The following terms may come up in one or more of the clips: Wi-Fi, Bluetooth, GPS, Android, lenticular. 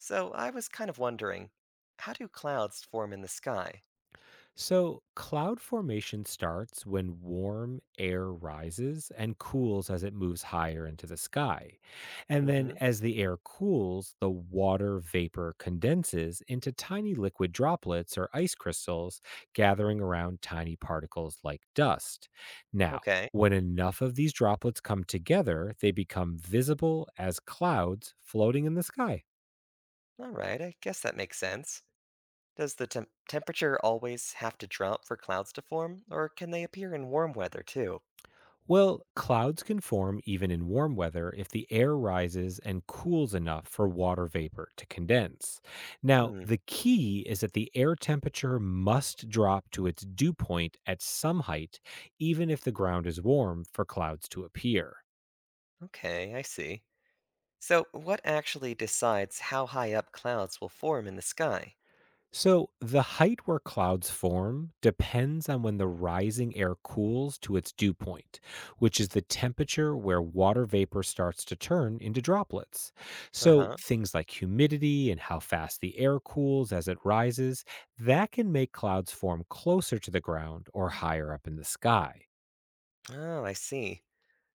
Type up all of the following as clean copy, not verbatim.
So I was kind of wondering, how do clouds form in the sky? So, cloud formation starts when warm air rises and cools as it moves higher into the sky. And then, Hmm. as the air cools, the water vapor condenses into tiny liquid droplets or ice crystals, gathering around tiny particles like dust. Now, Okay. when enough of these droplets come together, they become visible as clouds floating in the sky. All right, I guess that makes sense. Does the temperature always have to drop for clouds to form, or can they appear in warm weather too? Well, clouds can form even in warm weather if the air rises and cools enough for water vapor to condense. Now, Hmm. the key is that the air temperature must drop to its dew point at some height, even if the ground is warm, for clouds to appear. Okay, I see. So what actually decides how high up clouds will form in the sky? So, the height where clouds form depends on when the rising air cools to its dew point, which is the temperature where water vapor starts to turn into droplets. Uh So, huh. things like humidity and how fast the air cools as it rises, that can make clouds form closer to the ground or higher up in the sky. Oh, I see.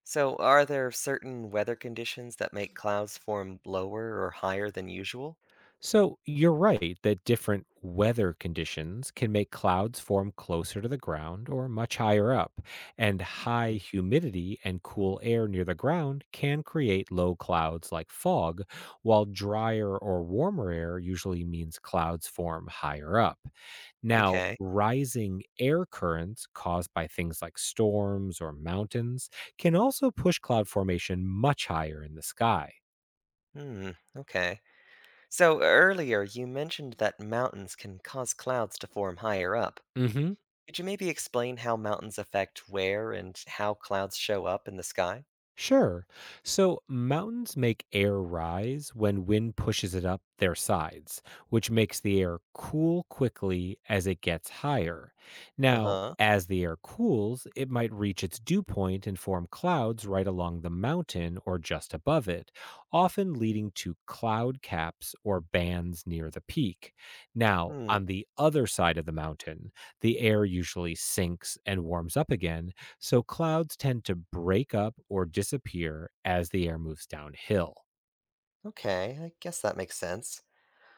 So are there certain weather conditions that make clouds form lower or higher than usual? So you're right that different weather conditions can make clouds form closer to the ground or much higher up, and high Hmm. humidity and cool air near the ground can create low clouds like fog, while drier or warmer air usually means clouds form higher up. Now, Okay. rising air currents caused by things like storms or mountains can also push cloud formation much higher in the sky. Hmm. Okay. So earlier you mentioned that mountains can cause clouds to form higher up. Mhm. Could you maybe explain how mountains affect where and how clouds show up in the sky? Sure. So mountains make air rise when wind pushes it up their sides, which makes the air cool quickly as it gets higher. Now, Uh-huh. as the air cools, it might reach its dew point and form clouds right along the mountain or just above it, often leading to cloud caps or bands near the peak. Now, Hmm. on the other side of the mountain, the air usually sinks and warms up again, so clouds tend to break up or disappear as the air moves downhill. Okay, I guess that makes sense.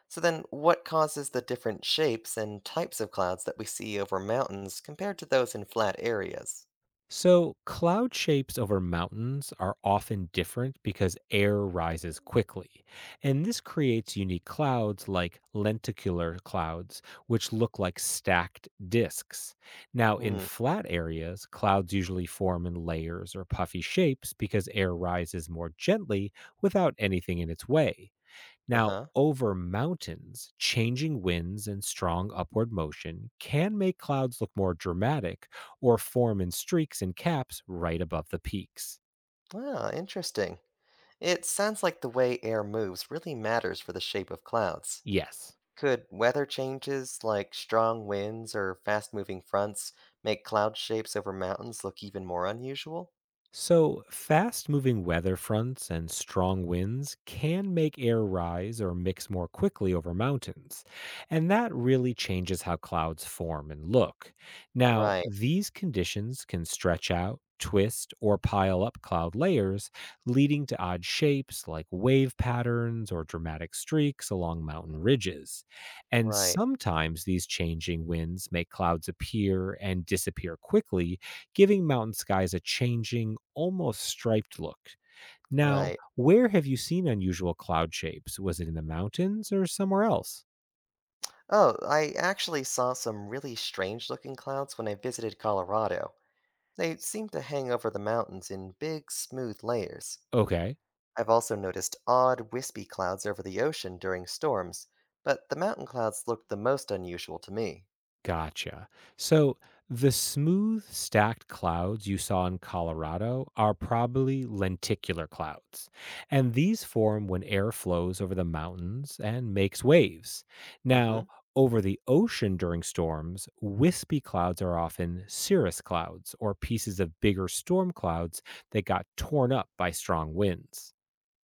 So then what causes the different shapes and types of clouds that we see over mountains compared to those in flat areas? So cloud shapes over mountains are often different because air rises quickly. And this creates unique clouds like lenticular clouds, which look like stacked disks. Now, in Hmm. flat areas, clouds usually form in layers or puffy shapes because air rises more gently without anything in its way. Now, Uh-huh. over mountains, changing winds and strong upward motion can make clouds look more dramatic or form in streaks and caps right above the peaks. Ah, interesting. It sounds like the way air moves really matters for the shape of clouds. Yes. Could weather changes like strong winds or fast moving fronts make cloud shapes over mountains look even more unusual? So, fast moving weather fronts and strong winds can make air rise or mix more quickly over mountains, and that really changes how clouds form and look. Now, Right, these conditions can stretch out, twist, or pile up cloud layers, leading to odd shapes like wave patterns or dramatic streaks along mountain ridges. And right, sometimes these changing winds make clouds appear and disappear quickly, giving mountain skies a changing, almost striped look. Now, right. where have you seen unusual cloud shapes? Was it in the mountains or somewhere else? Oh, I actually saw some really strange looking clouds when I visited Colorado. They seemed to hang over the mountains in big, smooth layers. Okay. I've also noticed odd, wispy clouds over the ocean during storms, but the mountain clouds looked the most unusual to me. Gotcha. So the smooth stacked clouds you saw in Colorado are probably lenticular clouds, and these form when air flows over the mountains and makes waves. Mm hmm. Now, over the ocean during storms, wispy clouds are often cirrus clouds or pieces of bigger storm clouds that got torn up by strong winds.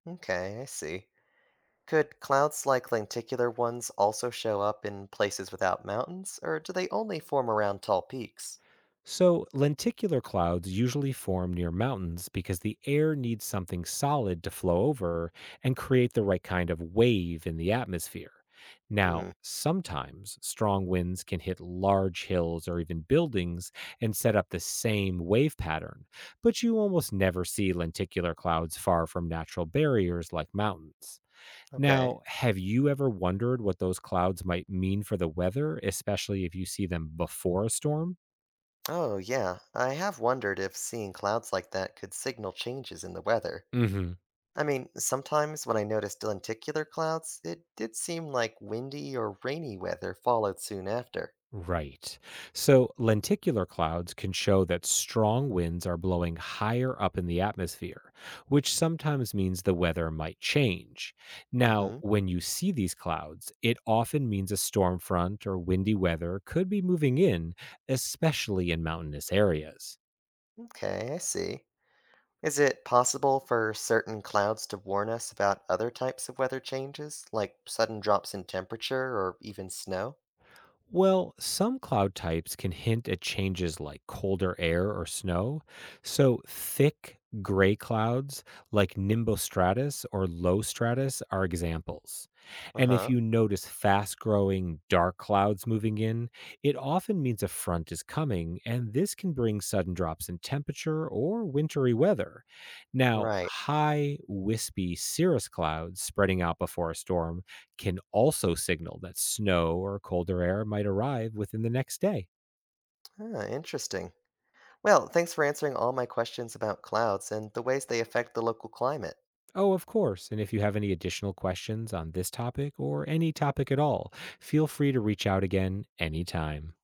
Okay, I see. Could clouds like lenticular ones also show up in places without mountains, or do they only form around tall peaks? So, lenticular clouds usually form near mountains because the air needs something solid to flow over and create the right kind of wave in the atmosphere. Now, Hmm, sometimes strong winds can hit large hills or even buildings and set up the same wave pattern, but you almost never see lenticular clouds far from natural barriers like mountains. okay. Now, have you ever wondered what those clouds might mean for the weather, especially if you see them before a storm? Oh, yeah, I have wondered if seeing clouds like that could signal changes in the weather. Hmm. I mean, sometimes when I noticed lenticular clouds, it did seem like windy or rainy weather followed soon after. Right. So lenticular clouds can show that strong winds are blowing higher up in the atmosphere, which sometimes means the weather might change. Mm Now, hmm, when you see these clouds, it often means a storm front or windy weather could be moving in, especially in mountainous areas. okay, I see. Is it possible for certain clouds to warn us about other types of weather changes, like sudden drops in temperature or even snow? Well, some cloud types can hint at changes like colder air or snow. So, thick gray clouds like nimbostratus or low stratus are examples. Uh And if huh. you notice fast growing dark clouds moving in, it often means a front is coming, and this can bring sudden drops in temperature or wintry weather. Now, Right. high, wispy cirrus clouds spreading out before a storm can also signal that snow or colder air might arrive within the next day. Ah, interesting. Well, thanks for answering all my questions about clouds and the ways they affect the local climate. Oh, of course. And if you have any additional questions on this topic or any topic at all, feel free to reach out again anytime.